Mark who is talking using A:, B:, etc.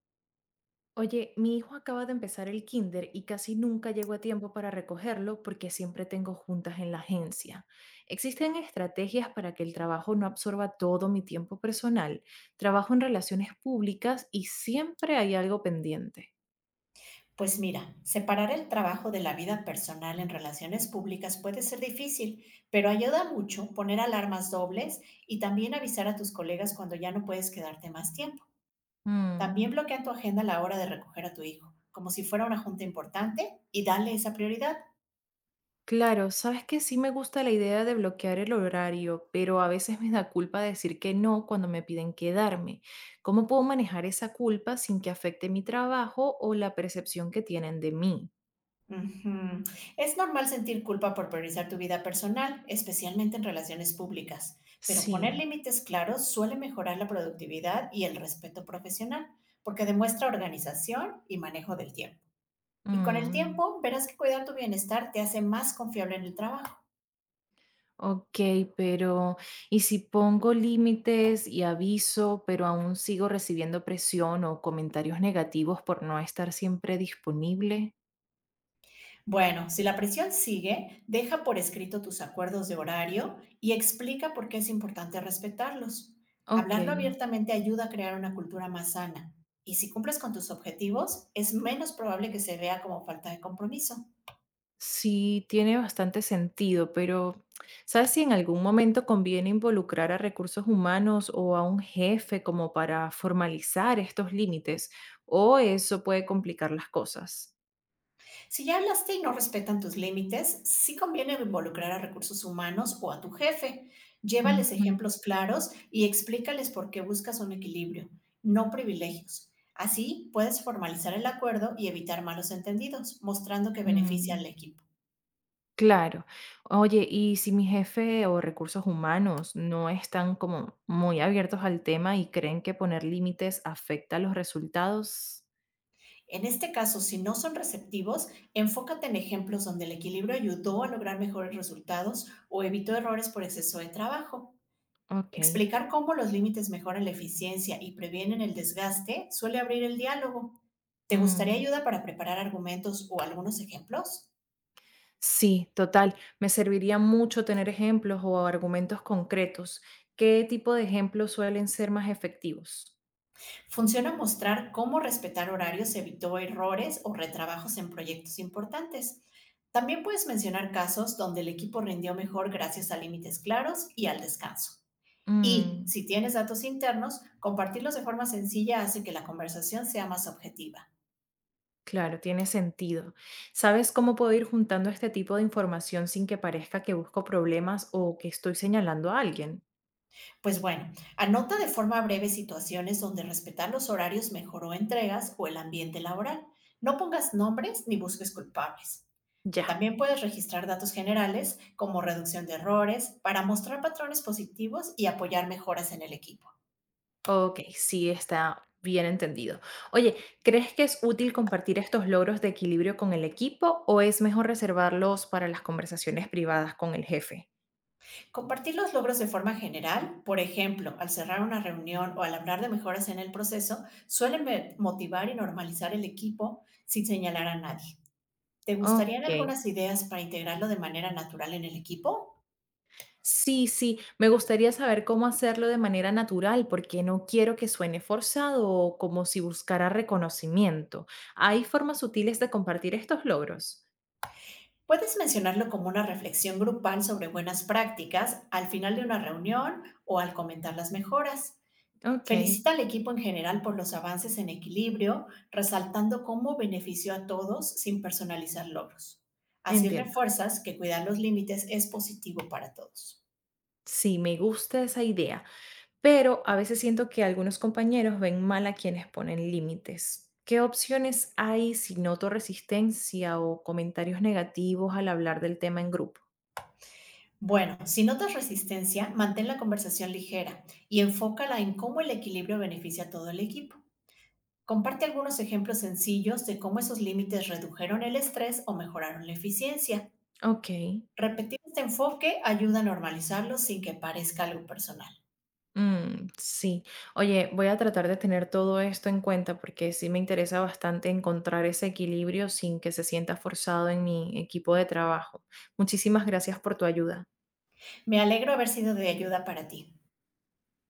A: Oye, mi hijo acaba de empezar el kinder y casi nunca llego a tiempo para recogerlo porque siempre tengo juntas en la agencia. ¿Existen estrategias para que el trabajo no absorba todo mi tiempo personal? Trabajo en relaciones públicas y siempre hay algo pendiente.
B: Pues mira, separar el trabajo de la vida personal en relaciones públicas puede ser difícil, pero ayuda mucho poner alarmas dobles y también avisar a tus colegas cuando ya no puedes quedarte más tiempo.
A: Mm.
B: También bloquea en tu agenda la hora de recoger a tu hijo, como si fuera una junta importante, y dale esa prioridad.
A: Claro, sabes que sí, me gusta la idea de bloquear el horario, pero a veces me da culpa decir que no cuando me piden quedarme. ¿Cómo puedo manejar esa culpa sin que afecte mi trabajo o la percepción que tienen de mí?
B: Ujú. Es normal sentir culpa por priorizar tu vida personal, especialmente en relaciones públicas, pero poner
A: Sí.
B: límites claros suele mejorar la productividad y el respeto profesional, porque demuestra organización y manejo del tiempo. Y con el
A: Mm,
B: tiempo verás que cuidar tu bienestar te hace más confiable en el trabajo.
A: ok, pero ¿y si pongo límites y aviso, pero aún sigo recibiendo presión o comentarios negativos por no estar siempre disponible?
B: Bueno, si la presión sigue, deja por escrito tus acuerdos de horario y explica por qué es importante respetarlos.
A: Ok,
B: Hablarlo abiertamente ayuda a crear una cultura más sana. Y si cumples con tus objetivos, es menos probable que se vea como falta de compromiso.
A: sí, tiene bastante sentido, pero ¿sabes si en algún momento conviene involucrar a recursos humanos o a un jefe como para formalizar estos límites? ¿O eso puede complicar las cosas?
B: Si ya hablaste y no respetan tus límites, sí conviene involucrar a recursos humanos o a tu jefe. Llévales
A: Ujú,
B: ejemplos claros y explícales por qué buscas un equilibrio, no privilegios. Así puedes formalizar el acuerdo y evitar malos entendidos, mostrando que beneficia
A: mm.
B: al equipo.
A: Claro. Oye, y si mi jefe o recursos humanos no están como muy abiertos al tema y creen que poner límites afecta los resultados,
B: En este caso, si no son receptivos, enfócate en ejemplos donde el equilibrio ayudó a lograr mejores resultados o evitó errores por exceso de trabajo.
A: ok.
B: Explicar cómo los límites mejoran la eficiencia y previenen el desgaste suele abrir el diálogo. ¿Te gustaría
A: mm,
B: ayuda para preparar argumentos o algunos ejemplos?
A: Sí, total. Me serviría mucho tener ejemplos o argumentos concretos. ¿Qué tipo de ejemplos suelen ser más efectivos?
B: Funciona mostrar cómo respetar horarios evitó errores o retrabajos en proyectos importantes. También puedes mencionar casos donde el equipo rindió mejor gracias a límites claros y al descanso. Y
A: Mm.
B: si tienes datos internos, compartirlos de forma sencilla hace que la conversación sea más objetiva.
A: Claro, tiene sentido. ¿Sabes cómo puedo ir juntando este tipo de información sin que parezca que busco problemas o que estoy señalando a alguien?
B: Pues bueno, anota de forma breve situaciones donde respetar los horarios mejoró entregas o el ambiente laboral. No pongas nombres ni busques culpables.
A: Ya.
B: También puedes registrar datos generales como reducción de errores para mostrar patrones positivos y apoyar mejoras en el equipo.
A: Ok, sí, está bien entendido. Oye, ¿crees que es útil compartir estos logros de equilibrio con el equipo o es mejor reservarlos para las conversaciones privadas con el jefe?
B: Compartir los logros de forma general, por ejemplo, al cerrar una reunión o al hablar de mejoras en el proceso, suelen motivar y normalizar el equipo sin señalar a nadie. ¿Te gustarían
A: Ok.
B: algunas ideas para integrarlo de manera natural en el equipo?
A: Sí, sí, me gustaría saber cómo hacerlo de manera natural porque no quiero que suene forzado o como si buscara reconocimiento. ¿Hay formas sutiles de compartir estos logros?
B: Puedes mencionarlo como una reflexión grupal sobre buenas prácticas al final de una reunión o al comentar las mejoras.
A: Ok,
B: Felicita al equipo en general por los avances en equilibrio, resaltando cómo benefició a todos sin personalizar logros. Así
A: entiendo.
B: refuerzas que cuidar los límites es positivo para todos.
A: Sí, me gusta esa idea. Pero a veces siento que algunos compañeros ven mal a quienes ponen límites. ¿Qué opciones hay si noto resistencia o comentarios negativos al hablar del tema en grupo?
B: Bueno, si notas resistencia, mantén la conversación ligera y enfócala en cómo el equilibrio beneficia a todo el equipo. Comparte algunos ejemplos sencillos de cómo esos límites redujeron el estrés o mejoraron la eficiencia.
A: Ok,
B: Repetir este enfoque ayuda a normalizarlo sin que parezca algo personal.
A: mm, sí. Oye, voy a tratar de tener todo esto en cuenta porque sí me interesa bastante encontrar ese equilibrio sin que se sienta forzado en mi equipo de trabajo. Muchísimas gracias por tu ayuda.
B: Me alegro haber sido de ayuda para ti.